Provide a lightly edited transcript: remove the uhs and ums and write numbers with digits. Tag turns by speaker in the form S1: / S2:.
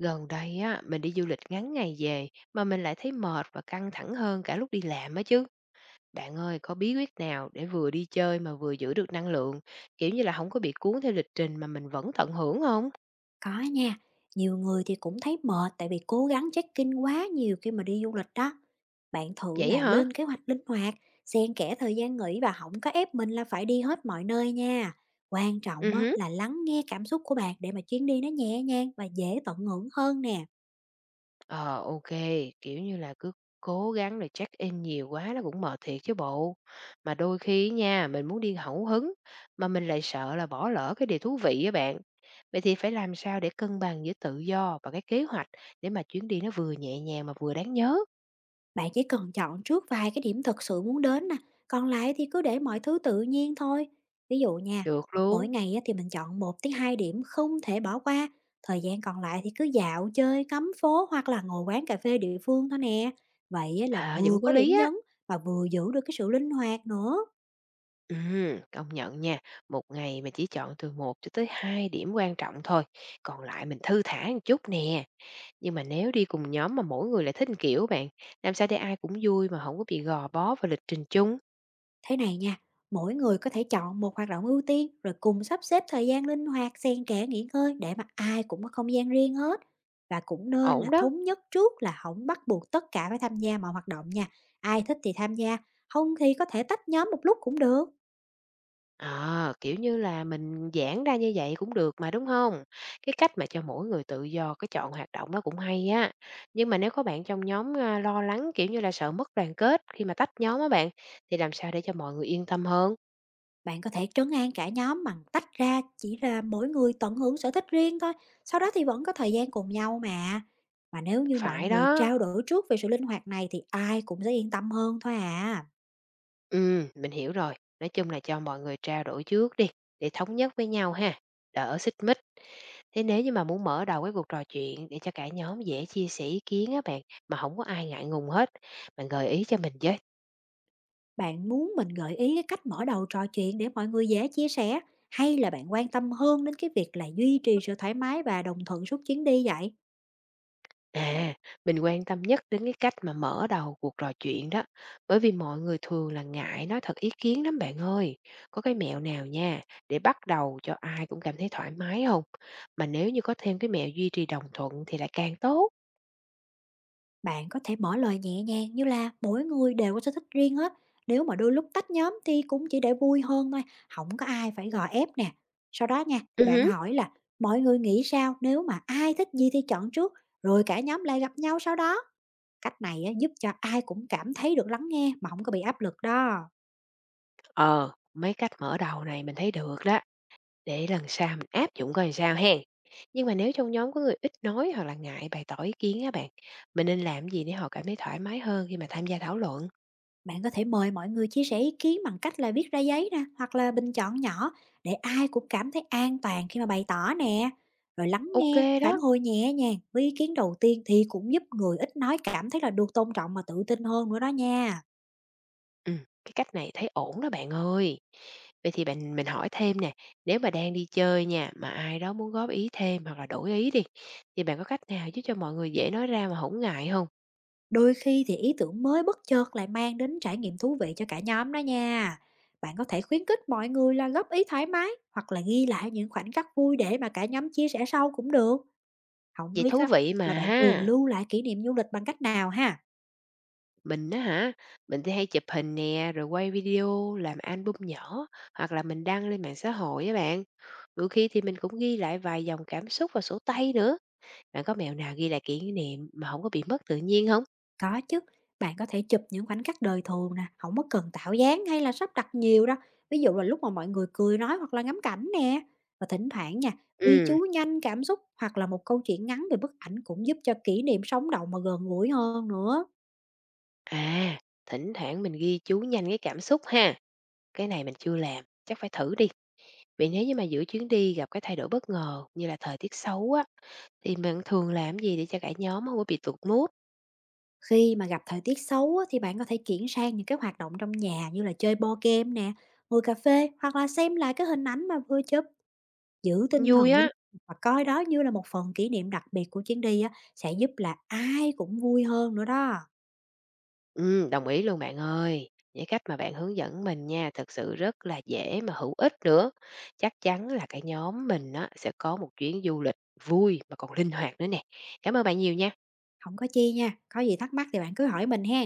S1: Gần đây á, mình đi du lịch ngắn ngày về mà mình lại thấy mệt và căng thẳng hơn cả lúc đi làm á chứ. Bạn ơi, có bí quyết nào để vừa đi chơi mà vừa giữ được năng lượng, kiểu như là không có bị cuốn theo lịch trình mà mình vẫn tận hưởng không?
S2: Có nha, nhiều người thì cũng thấy mệt tại vì cố gắng check-in quá nhiều khi mà đi du lịch đó. Bạn thử
S1: Vậy
S2: là
S1: hả?
S2: lên kế hoạch linh hoạt, xen kẽ thời gian nghỉ và không có ép mình là phải đi hết mọi nơi nha. Quan trọng á,
S1: Ừ.
S2: là lắng nghe cảm xúc của bạn để mà chuyến đi nó nhẹ nhàng và dễ tận hưởng hơn nè.
S1: Ờ, kiểu như là, cứ cố gắng rồi check-in nhiều quá nó cũng mệt thiệt chứ bộ. Mà đôi khi nha, mình muốn đi hẫu hứng, mà mình lại sợ là bỏ lỡ cái điều thú vị á bạn. Vậy thì phải làm sao để cân bằng giữa tự do và cái kế hoạch để mà chuyến đi nó vừa nhẹ nhàng mà vừa đáng nhớ?
S2: Bạn chỉ cần chọn trước vài cái điểm thật sự muốn đến nè, còn lại thì cứ để mọi thứ tự nhiên thôi. Ví dụ nha,
S1: Được luôn,
S2: mỗi ngày á thì mình chọn một tới 2 điểm không thể bỏ qua, thời gian còn lại thì cứ dạo chơi, ngắm phố hoặc là ngồi quán cà phê địa phương thôi nè. Vậy á là
S1: à, vậy
S2: vừa
S1: cũng có
S2: có
S1: lý
S2: điểm
S1: á.
S2: nhấn mà vừa giữ được cái sự linh hoạt nữa.
S1: Công nhận nha, một ngày mình chỉ chọn từ một cho tới 2 điểm quan trọng thôi, còn lại mình thư thả một chút nè. Nhưng mà nếu đi cùng nhóm mà mỗi người lại thích một kiểu bạn, làm sao để ai cũng vui mà không có bị gò bó vào lịch trình chung?
S2: Thế này nha, mỗi người có thể chọn một hoạt động ưu tiên rồi cùng sắp xếp thời gian linh hoạt xen kẽ nghỉ ngơi để mà ai cũng có không gian riêng hết. Và cũng nên
S1: Ổn
S2: là
S1: đó.
S2: thống nhất trước là không bắt buộc tất cả phải tham gia mọi hoạt động nha. Ai thích thì tham gia, không thì có thể tách nhóm một lúc cũng được.
S1: À, kiểu như là mình giãn ra như vậy cũng được mà đúng không? Cái cách mà cho mỗi người tự do cái chọn hoạt động đó cũng hay á. Nhưng mà nếu có bạn trong nhóm à, lo lắng kiểu như là sợ mất đoàn kết khi mà tách nhóm á bạn, thì làm sao để cho mọi người yên tâm hơn?
S2: Bạn có thể trấn an cả nhóm bằng tách ra chỉ là mỗi người tận hưởng sở thích riêng thôi. Sau đó thì vẫn có thời gian cùng nhau mà. Mà nếu như mọi
S1: Phải
S2: người
S1: đó.
S2: trao đổi trước về sự linh hoạt này thì ai cũng sẽ yên tâm hơn thôi à.
S1: Ừ, mình hiểu rồi. Nói chung là cho mọi người trao đổi trước đi, để thống nhất với nhau ha. Đỡ xích mích. Thế nếu như mà muốn mở đầu cái cuộc trò chuyện để cho cả nhóm dễ chia sẻ ý kiến á bạn, mà không có ai ngại ngùng hết, bạn gợi ý cho mình với.
S2: Bạn muốn mình gợi ý cái cách mở đầu trò chuyện để mọi người dễ chia sẻ, hay là bạn quan tâm hơn đến cái việc là duy trì sự thoải mái và đồng thuận suốt chuyến đi vậy?
S1: À, mình quan tâm nhất đến cái cách mà mở đầu cuộc trò chuyện đó, bởi vì mọi người thường là ngại nói thật ý kiến lắm bạn ơi. Có cái mẹo nào nha, để bắt đầu cho ai cũng cảm thấy thoải mái không? Mà nếu như có thêm cái mẹo duy trì đồng thuận thì lại càng tốt.
S2: Bạn có thể mở lời nhẹ nhàng như là mỗi người đều có sở thích riêng hết. Nếu mà đôi lúc tách nhóm thì cũng chỉ để vui hơn thôi, không có ai phải gò ép nè. Sau đó nha,
S1: Ừ
S2: thì bạn
S1: hứ,
S2: hỏi là mọi người nghĩ sao nếu mà ai thích gì thì chọn trước, rồi cả nhóm lại gặp nhau sau đó. Cách này á, giúp cho ai cũng cảm thấy được lắng nghe mà không có bị áp lực đó.
S1: ờ, mấy cách mở đầu này mình thấy được đó. Để lần sau mình áp dụng coi làm sao hen. Nhưng mà nếu trong nhóm có người ít nói hoặc là ngại bày tỏ ý kiến á bạn, mình nên làm gì để họ cảm thấy thoải mái hơn khi mà tham gia thảo luận?
S2: Bạn có thể mời mọi người chia sẻ ý kiến bằng cách là viết ra giấy nè, hoặc là bình chọn nhỏ để ai cũng cảm thấy an toàn khi mà bày tỏ nè. Rồi lắng
S1: Ok
S2: nghe, và phản
S1: đó.
S2: hồi nhẹ nhàng với ý kiến đầu tiên thì cũng giúp người ít nói cảm thấy là được tôn trọng và tự tin hơn nữa đó nha.
S1: Ừ, cái cách này thấy ổn đó bạn ơi. Vậy thì bạn mình hỏi thêm nè, nếu mà đang đi chơi nha mà ai đó muốn góp ý thêm hoặc là đổi ý đi thì bạn có cách nào giúp cho mọi người dễ nói ra mà không ngại không?
S2: Đôi khi thì ý tưởng mới bất chợt lại mang đến trải nghiệm thú vị cho cả nhóm đó nha. Bạn có thể khuyến khích mọi người là góp ý thoải mái hoặc là ghi lại những khoảnh khắc vui để mà cả nhóm chia sẻ sau cũng được. Không
S1: Vậy
S2: biết
S1: thú
S2: á,
S1: vị
S2: là
S1: mà
S2: bạn thường
S1: ha.
S2: lưu lại kỷ niệm du lịch bằng cách nào ha?
S1: Mình á hả, mình thì hay chụp hình nè, rồi quay video, làm album nhỏ hoặc là mình đăng lên mạng xã hội á bạn. Đôi khi thì mình cũng ghi lại vài dòng cảm xúc vào sổ tay nữa. Bạn có mẹo nào ghi lại kỷ niệm mà không có bị mất tự nhiên không?
S2: Có chứ, bạn có thể chụp những khoảnh khắc đời thường nè, không có cần tạo dáng hay là sắp đặt nhiều đâu. Ví dụ là lúc mà mọi người cười nói hoặc là ngắm cảnh nè. Và thỉnh thoảng nha, ghi
S1: Ừ,
S2: chú nhanh cảm xúc hoặc là một câu chuyện ngắn về bức ảnh cũng giúp cho kỷ niệm sống động mà gần gũi hơn nữa.
S1: à, thỉnh thoảng mình ghi chú nhanh cái cảm xúc ha. Cái này mình chưa làm, chắc phải thử đi. Vậy nếu như mà giữa chuyến đi gặp cái thay đổi bất ngờ như là thời tiết xấu á, thì mình thường làm gì để cho cả nhóm không có bị tụt mood?
S2: Khi mà gặp thời tiết xấu á, thì bạn có thể chuyển sang những cái hoạt động trong nhà như là chơi board game nè, ngồi cà phê hoặc là xem lại cái hình ảnh mà vừa chụp. Giữ tinh
S1: Vui
S2: thần
S1: á.
S2: linh hoạt và coi đó như là một phần kỷ niệm đặc biệt của chuyến đi á, sẽ giúp là ai cũng vui hơn nữa đó.
S1: Đồng ý luôn bạn ơi. Những cách mà bạn hướng dẫn mình nha, thực sự rất là dễ mà hữu ích nữa. Chắc chắn là cái nhóm mình á, sẽ có một chuyến du lịch vui mà còn linh hoạt nữa nè. Cảm ơn bạn nhiều nha.
S2: Không có chi nha, có gì thắc mắc thì bạn cứ hỏi mình ha.